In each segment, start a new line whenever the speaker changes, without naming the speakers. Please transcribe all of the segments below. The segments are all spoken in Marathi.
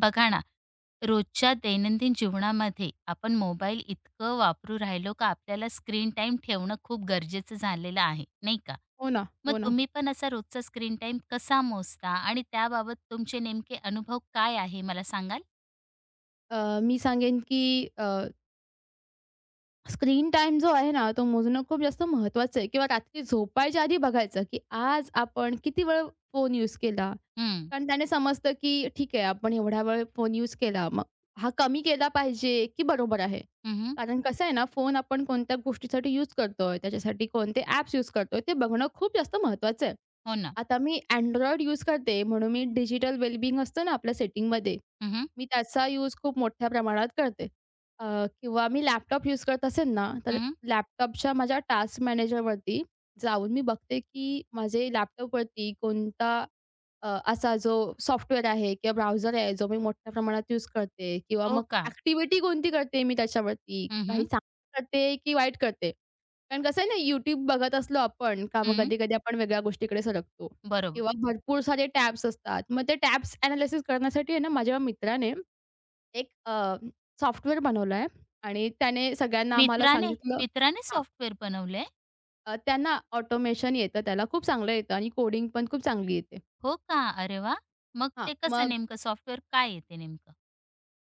बघा ना, रोजच्या दैनंदिन जीवनामध्ये आपण मोबाईल इतकं वापरू राहिलो का आपल्याला स्क्रीन टाईम ठेवणं खूप गरजेचं झालेलं आहे, नाही का?
हो ना,
मग
हो ना.
तुम्ही पण असा रोजचा स्क्रीन टाईम कसा मोजता आणि त्याबाबत तुमचे नेमके अनुभव काय आहे मला सांगाल?
मी सांगेन की अ, स्क्रीन टाईम जो आहे ना, तो मोजणं खूप जास्त महत्त्वाचं आहे किंवा रात्री झोपायच्या आधी बघायचं, की आज आपण किती वेळ फोन यूज केला.
हं,
कारण त्याने समजतं, की ठीक आहे आपण एवढा वेळ फोन यूज केला. मग हा कमी केला पाहिजे, की बरोबर आहे.
हं,
कारण कसं आहे ना, फोन आपण कोणत्या गोष्टीसाठी यूज करतोय, त्याच्यासाठी कोणते ॲप्स यूज करतोय, ते बघणं खूप जास्त महत्त्वाचं आहे.
हो ना.
आता मी Android यूज करते, म्हणून मी डिजिटल वेलबीइंग असतं ना आपल्या सेटिंगमध्ये,
हं, हं,
मी त्याचा यूज खूप मोठ्या प्रमाणात करते. अ, किंवा मी लॅपटॉप यूज करत असेल ना, तर लॅपटॉपच्या माझ्या टास्क मॅनेजरवरती जाऊन मी बघते, की माझे लॅपटॉपवरती कोणता असा जो सॉफ्टवेअर आहे किंवा ब्राउझर आहे, जो मी मोठ्या प्रमाणात यूज करते किंवा
हो
मग
का?
ॲक्टिव्हिटी कोणती करते मी त्याच्यावरती,
हं,
काही
हं,
चांगलं करते की वाईट करते. कारण कसं आहे ना, YouTube बघत असलो आपण का मग कधी-कधी आपण वेगळ्या गोष्टीकडे सरकतो
बरोबर.
किंवा भरपूर सारे टॅब्स असतात. मग ते टॅब्स एनालिसिस करण्यासाठी आहे ना, माझ्या मित्राने एक सॉफ्टवेअर बनवला आहे आणि त्याने सगळ्यांना आम्हाला
मित्राने
सांगितलं.
मित्राने
हां,
सॉफ्टवेअर बनवलंय?
त्यांना ऑटोमेशन येतं, त्याला खूप चांगलं येतं आणि कोडिंग पण खूप चांगली येते.
हो का? अरे वाह! मग
हां,
ते कसं
मग
नेमकं सॉफ्टवेअर काय आहे नेमकं?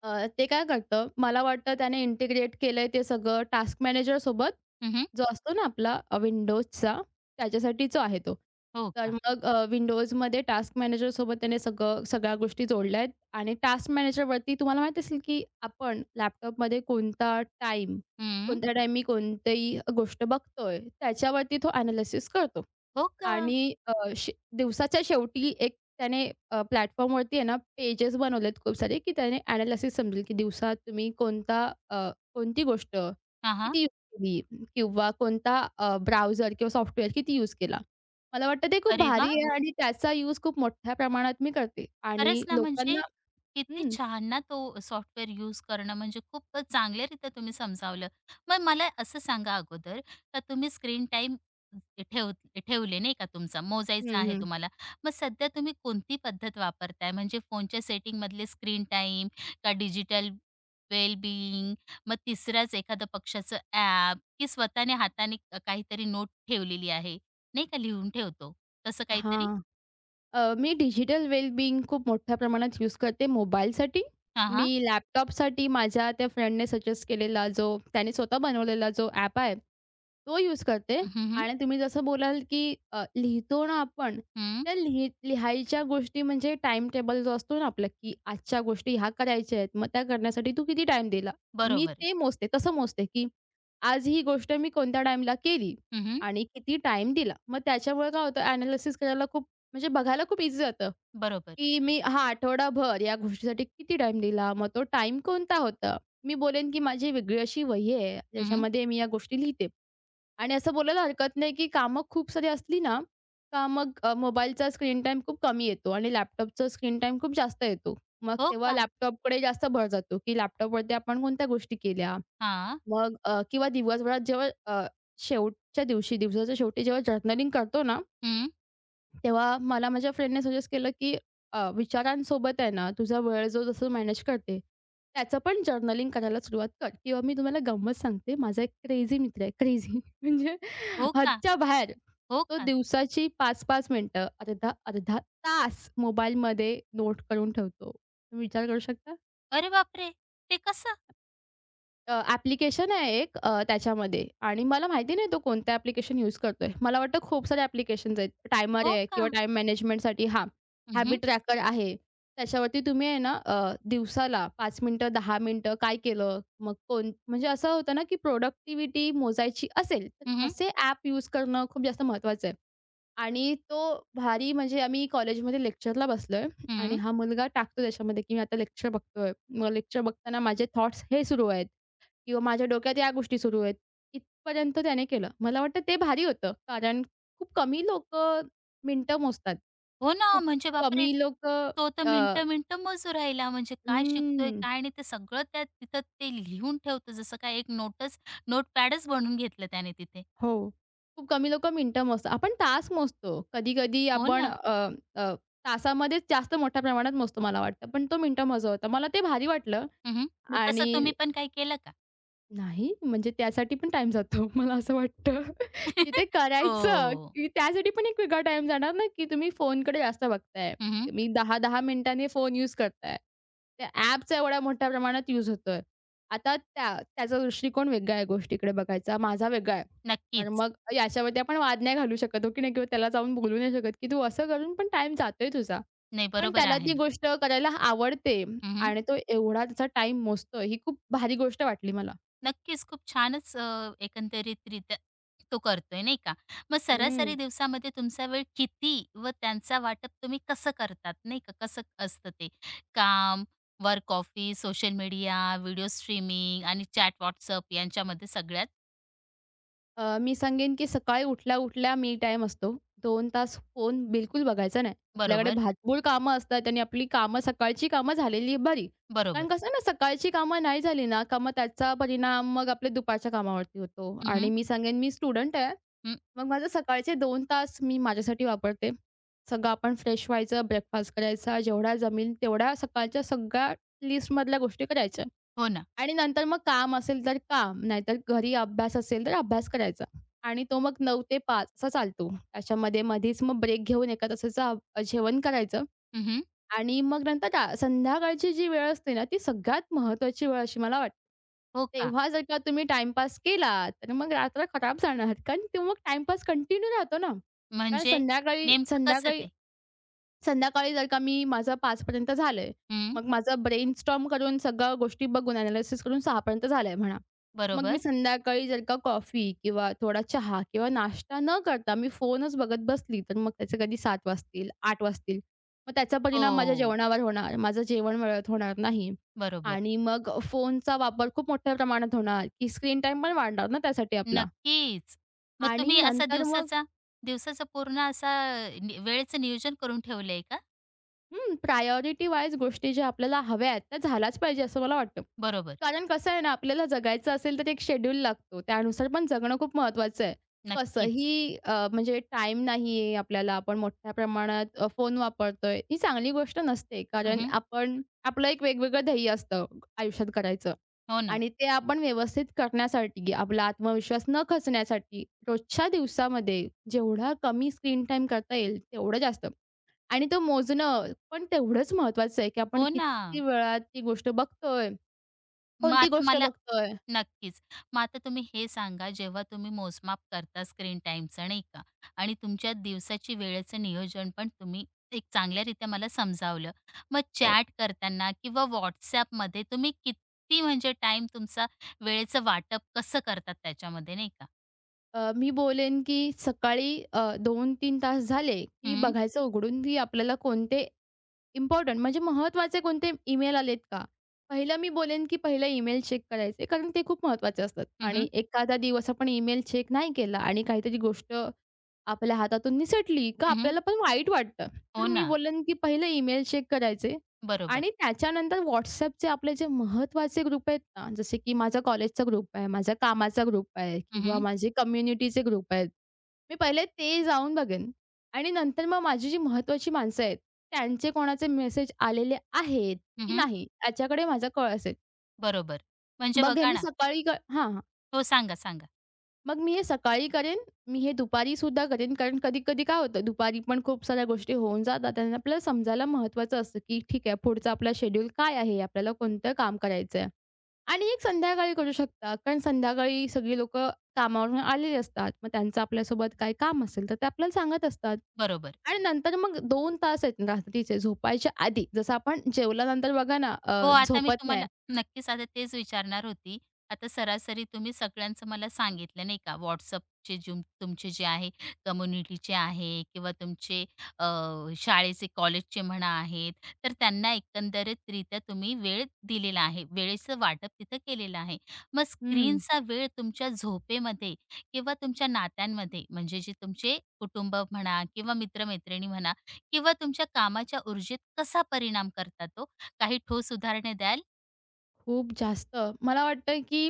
ते काय करतं, मला वाटतं त्याने इंटिग्रेट केलंय ते सगळं टास्क मॅनेजरसोबत,
हं,
जो असतो ना आपला Windowsचा, त्याच्यासाठी जो आहे तो.
हो
तर
का?
मग Windowsमध्ये टास्क मॅनेजरसोबत त्याने सगळ्या गोष्टी जोडल्या आहेत आणि टास्क मॅनेजरवरती तुम्हाला माहीत असेल, की आपण लॅपटॉपमध्ये कोणता टाईम,
हं.
कोणत्या टाईमी कोणतीही गोष्ट बघतोय, त्याच्यावरती तो एनालिसिस करतो.
हो का?
आणि शे दिवसाच्या शेवटी त्याने प्लॅटफॉर्मवरती आहे ना, पेजेस बनवलेत खूप सारे, की त्याने एनालिसिस समजेल, की दिवसात तुम्ही कोणती गोष्ट
हां, हां.
किती यूज केली किंवा कोणता ब्राउझर किंवा सॉफ्टवेअर किती यूज केला. मला वाटतं ते खूप
अरे
भारी
वाह!
आहे हं. आणि त्याचा यूज खूप मोठ्या प्रमाणात मी करते
खरंच
आणि
ना,
लोकांना
म्हणजे किती
हं.
छान ना तो सॉफ्टवेअर यूज करणं म्हणजे खूप चांगल्यारीत्या तुम्ही समजावलं. मग मला असं सांगा अगोदर का तुम्ही स्क्रीन टाइम ठेव ठेवले नाही का तुमचा मोजायचा
हं,
आहे
हं.
तुम्हाला. मग सध्या तुम्ही कोणती पद्धत वापरताय म्हणजे फोनच्या सेटिंगमधले स्क्रीन टाईम का डिजिटल वेल मग तिसराच एखादं पक्षाचं ॲप की स्वतःने हाताने काहीतरी नोट ठेवलेली आहे, नाही का लिहून ठेवतो तसं काहीतरी?
हां. मी डिजिटल वेलबिंग खूप मोठ्या प्रमाणात यूज करते मोबाईलसाठी.
हां,
मी
हां.
लॅपटॉपसाठी माझ्या त्या फ्रेंडने सजेस्ट केलेला जो त्याने स्वतः बनवलेला जो ॲप आहे, तो यूज करते. आणि तुम्ही जसं बोलाल, की लिहितो ना आपण,
हं,
त्या लिहायच्या गोष्टी म्हणजे टाईम टेबल जो असतो ना आपला, की आजच्या गोष्टी ह्या करायच्या आहेत, मग त्या करण्यासाठी तू किती टाईम दिला? मी
बरोबर.
ते मोजते, तसं मोजते, की आज ही गोष्ट मी कोणत्या टाईमला केली
हं, हं.
आणि किती टाईम दिला. मग त्याच्यामुळे काय होतं ॲनालिसिस करायला खूप म्हणजे बघायला खूप इझी जातं,
बरोबर.
की मी हा आठवडाभर या गोष्टीसाठी किती टाईम दिला, मग तो टाईम कोणता होता. मी बोलेन की माझी वेगळी अशी वही आहे,
हं,
ज्याच्यामध्ये मी या गोष्टी लिहिते. आणि असं बोलायला हरकत नाही, की कामं खूप सारी असली ना, का मग मोबाईलचा स्क्रीन टाईम खूप कमी येतो आणि लॅपटॉपचा स्क्रीन टाईम खूप जास्त येतो. मग
हो
तेव्हा
का?
लॅपटॉपकडे जास्त भर जातो, की लॅपटॉपवरती आपण कोणत्या गोष्टी केल्या.
हां.
मग किंवा दिवसभरात जेव्हा दिवसाच्या शेवटी जेव्हा जर्नलिंग करतो ना
हं.
तेव्हा मला माझ्या फ्रेंडने सजेस्ट केलं, की विचारांसोबत आहे ना, तुझा वेळ जो जसं मॅनेज करते, त्याचं पण जर्नलिंग करायला सुरुवात कर. किंवा मी तुम्हाला गंमत सांगते, माझा एक क्रेझी मित्र आहे. क्रेझी म्हणजे
हो का?
हदच्या बाहेर.
हो
तो
का?
दिवसाची 5-5 मिनिटं, अर्धा-अर्धा तास मोबाईलमध्ये नोट करून ठेवतो. तुम्ही विचार करू शकता?
अरे बापरे! ते कसं?
ॲप्लिकेशन आहे एक त्याच्यामध्ये आणि मला माहिती नाही तो कोणतं ॲप्लिकेशन यूज करतोय. मला वाटतं खूप सारे ॲप्लिकेशन्स आहेत. टायमर
हो
आहे
का?
किंवा टाईम मॅनेजमेंटसाठी हां,
हं, हं.
हॅबिट ट्रॅकर आहे. त्याच्यावरती तुम्ही आहे ना दिवसाला 5 मिनिटं, 10 मिनिटं काय केलं, मग कोण म्हणजे असं होतं ना, की प्रोडक्टिव्हिटी मोजायची असेल, तर
हं, हं.
असे ॲप यूज करणं खूप जास्त महत्त्वाचं आहे. आणि तो भारी म्हणजे आम्ही कॉलेजमध्ये लेक्चरला बसलोय आणि
हं.
हा मुलगा टाकतो त्याच्यामध्ये, की मी आता लेक्चर बघतोय. मग लेक्चर बघताना माझे थॉट्स हे सुरू आहेत. किंवा माझ्या डोक्यात या गोष्टी सुरू आहेत. इथपर्यंत त्याने केलं. मला वाटतं ते भारी होतं. कारण खूप कमी लोकं मिनिटं मोजतात.
हो ना,
खूप
म्हणजे बापरे!
कमी लोकं
तो तर
अ,
मिनिटं-मिनिटं मोजू राहिला. म्हणजे काय शिकतोय,
हं,
काय नाही ते सगळं त्यात तिथं ते लिहून ठेवतं. जसं काय एक नोटपॅडच बनवून घेतलं त्याने तिथे.
हो. खूप कमी लोकं मिनिटं मोजतात. आपण तास मोजतो. कधी-कधी
हो
आपण
ना.
अ, तासामध्येच जास्त मोठ्या प्रमाणात मोजतो मला वाटतं. पण तो मिनिटं मोजत मला ते भारी वाटलं.
हं, हं. मग तसं
आणि
तुम्ही पण काही केलं का?
नाही, म्हणजे त्यासाठी पण टाईम जातो. मला असं वाटतं,
हो.
की ते करायचं, की त्यासाठी पण एक वेगळा टाईम जाणार ना, की तुम्ही फोनकडे जास्त बघताय.
हं, हं.
तुम्ही 10-10 मिनिटांनी फोन यूज करताय. त्या ॲपचा एवढ्या मोठ्या प्रमाणात यूज होतोय. आता त्या त्याचा दृष्टिकोन वेगळा आहे गोष्टीकडे बघायचा, माझा वेगळा आहे. तर
नक्कीच.
मग याच्यावरती आपण वाद नाही घालू शकत, हो की नाही? किंवा त्याला जाऊन बोलू नाही शकत, की तू असं करून पण टाईम जातोय तुझा.
नाही
पण
बरोबर
त्याला
आहे
ती
ना.
गोष्ट करायला आवडते
हं, हं.
आणि तो एवढा त्याचा टाईम मोजतोय, ही खूप भारी गोष्ट वाटली मला.
नक्कीच. खूप छानच एकंदरीतरीत्या तो करतोय, नाही का? मग सरासरी
हं.
दिवसामध्ये तुमचा वेळ किती व त्यांचा वाटप तुम्ही कसं करतात, नाही का? कसं असतं ते? काम, work office, social media, video streaming आणि चॅट WhatsApp यांच्यामध्ये सगळ्यात?
मी सांगेन की सकाळी उठल्या-उठल्या मी टाइम असतो. 2 तास फोन बिलकुल बघायचा नाही. आपल्याकडे
बरोबर,
भाचबूळ कामं असतात आणि आपली कामं सकाळची कामं झालेली बरी. कारण
बरोबर.
कसं आहे ना, सकाळची कामं नाही झाली ना, का मग त्याचा परिणाम मग आपल्या दुपारच्या कामावरती होतो.
हं,
आणि
हं.
मी सांगेन मी स्टुडंट आहे. मग माझे सकाळचे 2 तास मी माझ्यासाठी वापरते. सगळं आपण फ्रेश व्हायचं, ब्रेकफास्ट करायचा, जेवढा जमेल तेवढ्या सकाळच्या सगळ्या लिस्टमधल्या गोष्टी करायच्या.
हो ना.
आणि नंतर मग काम असेल तर काम, नाहीतर घरी अभ्यास असेल तर अभ्यास करायचा. आणि तो मग 9 ते 5 असा चालतो. त्याच्यामध्ये मधीच मग ब्रेक घेऊन एका तासाचं जेवण करायचं
हं,
आणि मग नंतर संध्याकाळची जी वेळ असते ना, ती सगळ्यात महत्त्वाची वेळ अशी मला वाटते.
हो का?
तेव्हा जर का तुम्ही टाईमपास केला, तर मग रात्र खराब जाणार. कारण तो मग टाईमपास कंटिन्यू राहतो ना. कारण
म्हणजे
संध्याकाळी
नेमकं कसं
संध्याकाळी
ते?
संध्याकाळी जर का मी माझं 5 पर्यंत झालंय.
हं.
मग माझं ब्रेनस्टॉर्म करून सगळ्या गोष्टी बघून एनालिसिस करून 6 पर्यंत झालंय म्हणा. मग मी
बरोबर.
संध्याकाळी जर का कॉफी किंवा थोडा चहा किंवा नाश्ता न करता मी फोनच बघत बसली, तर मग त्याचे कधी 7 वाजतील, 8 वाजतील. मग त्याचा परिणाम माझ्या
हो.
जेवणावर होणार, माझं जेवण वेळेत होणार नाही
बरोबर.
आणि मग फोनचा वापर खूप मोठ्या प्रमाणात होणार, की स्क्रीन टाईम पण वाढणार ना त्यासाठी आपला.
नक्कीच. मग
आणि
तुम्ही असा
नंतर मग
दिवसाचा दिवसाचा पूर्ण असा वेळेचं नियोजन करून ठेवलंय का?
हं, प्रायोरिटी वाईज गोष्टी ज्या आपल्याला हव्या आहेत, त्या झाल्याच पाहिजे असं मला वाटतं.
बरोबर.
कारण कसं आहे ना, आपल्याला जगायचं असेल तर एक शेड्यूल लागतो. त्यानुसार पण जगणं खूप महत्त्वाचं आहे.
नक्कीच.
कसंही म्हणजे टाईम नाही आहे आपल्याला. आपण मोठ्या प्रमाणात फोन वापरतोय. ही चांगली गोष्ट नसते. कारण
हं,
आपण आपलं एक वेगवेगळं ध्येय असतं आयुष्यात करायचं
हो ना.
आणि ते आपण व्यवस्थित करण्यासाठी, आपला आत्मविश्वास न खचण्यासाठी रोजच्या दिवसामध्ये जेवढा कमी स्क्रीन टाईम करता येईल, तेवढं जास्त. आणि तो मोजणं पण तेवढंच महत्वाचं आहे, की आपण
हो ना.
किती वेळात ती गोष्ट बघतोय,
मग
कोणती
आता
गोष्ट
मला
बघतोय.
नक्कीच. मग आता तुम्ही हे सांगा, जेव्हा तुम्ही मोजमाप करता स्क्रीन टाईमचं नाही का आणि तुमच्या दिवसाची वेळेचं नियोजन पण तुम्ही एक चांगल्यारीत्या मला समजावलं. मग
हो.
चॅट करताना किंवा WhatsAppमध्ये तुम्ही किती म्हणजे टाईम तुमचा वेळेचं वाटप कसं करतात त्याच्यामध्ये नाही का?
मी बोलेन, की सकाळी 2-3 तास झाले, की
हं,
बघायचं उघडून, की आपल्याला कोणते इम्पोर्टंट म्हणजे महत्त्वाचे कोणते ईमेल आलेत का? पहिलं मी बोलेन, की पहिलं ईमेल चेक करायचे कारण ते खूप महत्त्वाचे असतात
हं,
आणि एखादा दिवस आपण ईमेल चेक नाही केला आणि काहीतरी गोष्ट आपल्या हातातून निसटली का
हं,
आपल्याला पण वाईट वाटतं. तर
हो
मी
ना.
बोलेन, की पहिलं ईमेल चेक करायचे
बरोबर.
आणि त्याच्यानंतर WhatsAppचे आपले जे महत्त्वाचे ग्रुप आहेत ना, जसे की माझा कॉलेजचा ग्रुप आहे, माझ्या कामाचा ग्रुप आहे
हं,
किंवा
हं.
माझे कम्युनिटीचे ग्रुप आहेत. मी पहिले ते जाऊन बघेन आणि नंतर मग माझी जी महत्त्वाची माणसं आहेत त्यांचे कोणाचे मेसेज आलेले आहेत की नाही याच्याकडे माझा कल असेल.
बरोबर. म्हणजे
मग हे
बघा
मी
ना
सकाळी क हां,
हो, सांगा, सांगा.
मग मी हे सकाळी करेन, मी हे दुपारीसुद्धा करेन, कारण कधी-कधी काय होतं दुपारी पण खूप साऱ्या गोष्टी होऊन जातात आणि आपल्याला समजायला महत्त्वाचं असतं, की ठीक आहे पुढचा आपला शेड्यूल काय आहे? आपल्याला कोणतं काम करायचं आहे? आणि एक संध्याकाळी करू शकता, कारण संध्याकाळी सगळी लोकं कामावरून आलेली असतात. मग त्यांचं आपल्यासोबत काही काम असेल, तर ते आपल्याला सांगत असतात.
बरोबर.
आणि नंतर मग 2 तास आहेत रात्रीचे झोपायच्या आधी, जसं आपण जेवल्यानंतर बघा ना
हो, आता मी
झोपत
तुम्हाला
नाही.
नक्कीच आता तेच विचारणार होती. आता सरासरी तुम्ही सगळ्यांचं मला सांगितलं नाही का WhatsAppचे जुम तुमचे जे आहे कम्युनिटीचे आहे किंवा तुमचे अ, शाळेचे, कॉलेजचे म्हणा आहेत, तर त्यांना एकंदरीतरित्या तुम्ही वेळ दिलेला आहे. वेळेचं वाटप तिथं केलेलं आहे. मग
हं.
स्क्रीनचा वेळ तुमच्या झोपेमध्ये किंवा तुमच्या नात्यांमध्ये म्हणजे जे तुमचे कुटुंब म्हणा किंवा मित्र म्हणा किंवा तुमच्या कामाच्या ऊर्जेत कसा परिणाम करतात ओ? काही ठोस उदाहरणे द्याल?
खूप जास्त. मला वाटतं की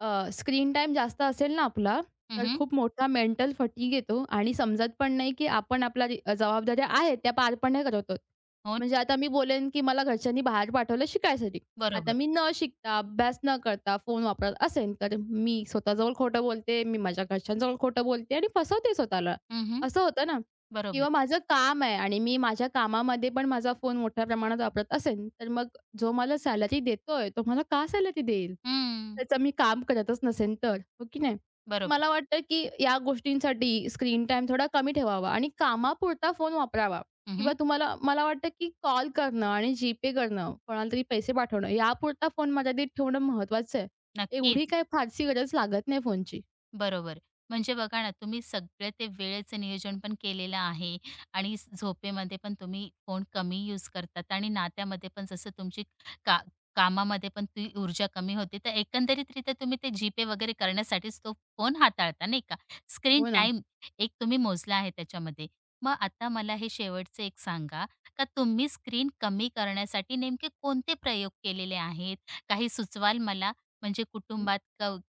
अ, स्क्रीन टाईम जास्त असेल ना आपला, तर
हं,
खूप मोठा मेंटल फटीग येतो आणि समजत पण नाही की आपण आपल्या जबाबदाऱ्या आहेत त्या पार पण नाही करत आहोत.
हो,
म्हणजे आता मी बोलेन की मला घरच्यांनी बाहेर पाठवलं शिकायसाठी. आता
बरोबर.
मी न शिकता, अभ्यास न करता फोन वापरत असेन, तर मी स्वतःजवळ खोटं बोलते, मी माझ्या घरच्यांजवळ खोटं बोलते आणि फसवते स्वतःला.
हं,
असं होतं ना.
बरोबर.
किंवा माझं काम आहे आणि मी माझ्या कामामध्ये पण माझा फोन मोठ्या प्रमाणात वापरत असेन, तर मग जो मला सॅलरी देतोय तो मला का सॅलरी देईल?
हं,
त्याचं मी काम करतच नसेन तर, हो की नाही?
बरोबर.
मला वाटतं की या गोष्टींसाठी स्क्रीन टाईम थोडा कमी ठेवावा आणि कामापुरता फोन वापरावा किंवा
हं,
तुम्हाला मला वाटतं की कॉल करणं आणि GPay करणं, कोणाला तरी पैसे पाठवणं यापुरता फोन मर्यादित ठेवणं महत्त्वाचं आहे. एवढी
नक्कीच.
काही फारशी गरज लागत नाही फोनची.
बरोबर. म्हणजे बघा ना, तुम्ही सगळं ते वेळेचं नियोजन पण केलेलं आहे आणि झोपेमध्ये पण तुम्ही फोन कमी यूज करतात आणि नात्यामध्ये पण जसं तुमची का कामामध्ये पण ती ऊर्जा कमी होते. तर एकंदरीतरीत्या तुम्ही ते जी वगैरे करण्यासाठीच तो फोन हाताळता, नाही का? स्क्रीन
हो ना.
टाईम एक तुम्ही मोजला आहे त्याच्यामध्ये. मग आता मला हे शेवटचं एक सांगा, का तुम्ही स्क्रीन कमी करण्यासाठी नेमके कोणते प्रयोग केलेले आहेत? काही सुचवाल मला? म्हणजे कुटुंबात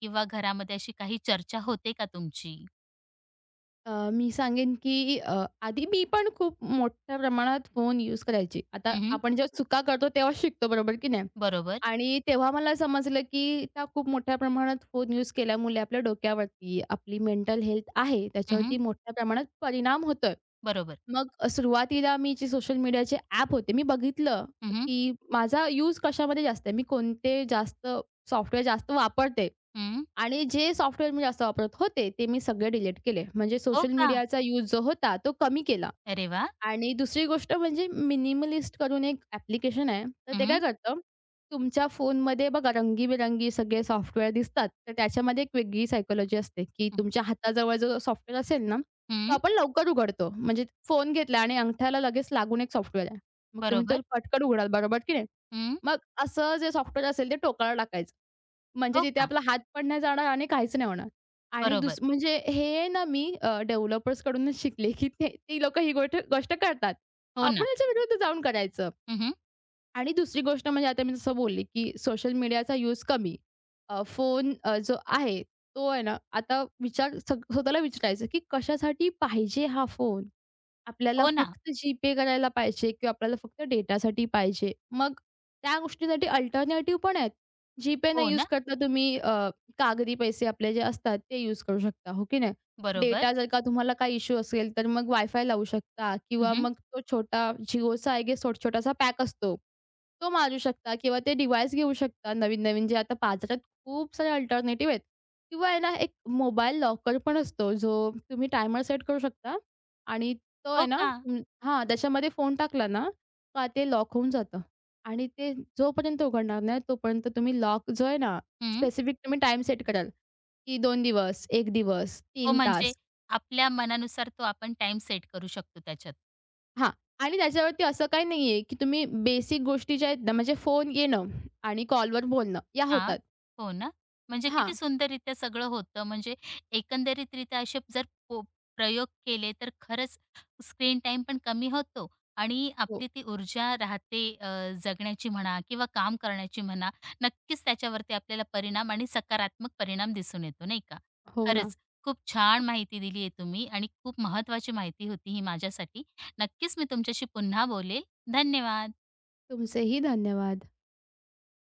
किंवा घरामध्ये अशी काही चर्चा होते का तुमची?
मी सांगेन की आधी मी पण खूप मोठ्या प्रमाणात फोन यूज करायची. आता
हं,
आपण जेव्हा चुका करतो तेव्हा शिकतो, बरोबर की नाही?
बरोबर.
आणि तेव्हा मला समजलं की त्या खूप मोठ्या प्रमाणात फोन यूज केल्यामुळे आपल्या डोक्यावरती, आपली मेंटल हेल्थ आहे त्याच्यावरती
हं,
मोठ्या प्रमाणात परिणाम होतोय.
बरोबर.
मग सुरुवातीला मी जे सोशल मीडियाचे ॲप होते, मी बघितलं
हं, हं.
की माझा यूज कशामध्ये जास्त आहे, मी कोणते जास्त सॉफ्टवेअर जास्त वापरते. आणि जे सॉफ्टवेअर मी जास्त वापरत होते, ते मी सगळे डिलीट केले. म्हणजे
हो
सोशल
का?
मीडियाचा यूज जो होता, तो कमी केला.
अरे वा,
आणि दुसरी गोष्ट म्हणजे मिनिमलिस्ट करून एक ॲप्लिकेशन आहे. तर
हं,
ते काय
हं.
करतं, तुमच्या फोनमध्ये बघा रंगीबेरंगी सगळे सॉफ्टवेअर दिसतात. तर त्याच्यामध्ये एक वेगळी सायकॉलॉजी असते, की
हं.
तुमच्या हाताजवळ जो सॉफ्टवेअर असेल ना, तो आपण लवकर उघडतो. म्हणजे फोन घेतला आणि अंगठ्याला लगेच लागून एक सॉफ्टवेअर आहे. मग तुम्ही तो
बरोबर.
पटकन उघडाल, बरोबर की नाही?
हं.
मग असं जे सॉफ्टवेअर असेल, ते टोकाला टाकायचं. म्हणजे
हो
तिथे
का?
आपला हात पण नाही जाणार आणि काहीच नाही होणार. आणि
बरोबर.
म्हणजे हे ना मी डेव्हलपर्सकडूनच शिकले, की ते ती लोकं ही गोष्ट करतात.
हो
आपण
ना.
याच्या विरुद्ध जाऊन करायचं.
हं,
आणि दुसरी गोष्ट म्हणजे आता मी जसं बोलले, की सोशल मीडियाचा यूज कमी. फोन जो आहे तो आहे ना, आता विचार स्व स्वतःला विचारायचं, की कशासाठी पाहिजे हा फोन? आपल्याला
हो ना.
फक्त जी-पे करायला पाहिजे किंवा आपल्याला फक्त डेटासाठी पाहिजे. मग त्या गोष्टीसाठी अल्टरनेटिव्ह पण आहेत. जी न
हो
यूज
ना.
करता तुम्ही कागदी पैसे आपले जे असतात ते यूज करू शकता, हो की नाही?
बरोबर.
डेटा जर का तुम्हाला काही इश्यू असेल, तर मग वायफाय लावू शकता किंवा
हं,
मग तो छोटा Jioचा आय गेस छोटासा पॅक असतो. तो मारू शकता किंवा ते डिव्हाइस घेऊ शकता नवीन-नवीन जे आता बाजारात खूप सारे अल्टरनेटिव्ह आहेत. किंवा आहे ना एक मोबाईल लॉकर पण असतो जो तुम्ही टायमर सेट करू शकता आणि तो
हो
आहे ना
का?
तुम हां, त्याच्यामध्ये फोन टाकला ना, का ते लॉक होऊन जातं आणि ते जोपर्यंत उघडणार नाही तोपर्यंत तुम्ही लॉक जो आहे ना,
हं.
स्पेसिफिक तुम्ही टाईम सेट कराल, की 2 दिवस, 1 दिवस,
हो
3
म्हणजे
तास.
आपल्या मनानुसार तो आपण टाइम सेट करू शकतो त्याच्यात.
हां. आणि त्याच्यावरती असं काही नाहीये, की तुम्ही बेसिक गोष्टी ज्या आहेत ना, म्हणजे फोन येणं आणि कॉलवर बोलणं या
हां.
होतात.
हो ना. म्हणजे किती
हां.
सुंदररीत्या सगळं होतं. म्हणजे एकंदरीतरीत्या असे जर प्रयोग केले तर खरंच स्क्रीन टाइम पण कमी होतो आणि
हो.
आपली ती ऊर्जा राहते जगण्याची म्हणा किंवा काम करण्याची म्हणा. नक्कीच त्याच्यावरती आपल्याला परिणाम आणि सकारात्मक परिणाम दिसून येतो, नाही का?
हो ना.
खरंच खूप छान माहिती दिली आहे तुम्ही आणि खूप महत्त्वाची माहिती होती ही माझ्यासाठी. नक्कीच मी तुमच्याशी पुन्हा बोलेल. धन्यवाद.
तुमचेही धन्यवाद.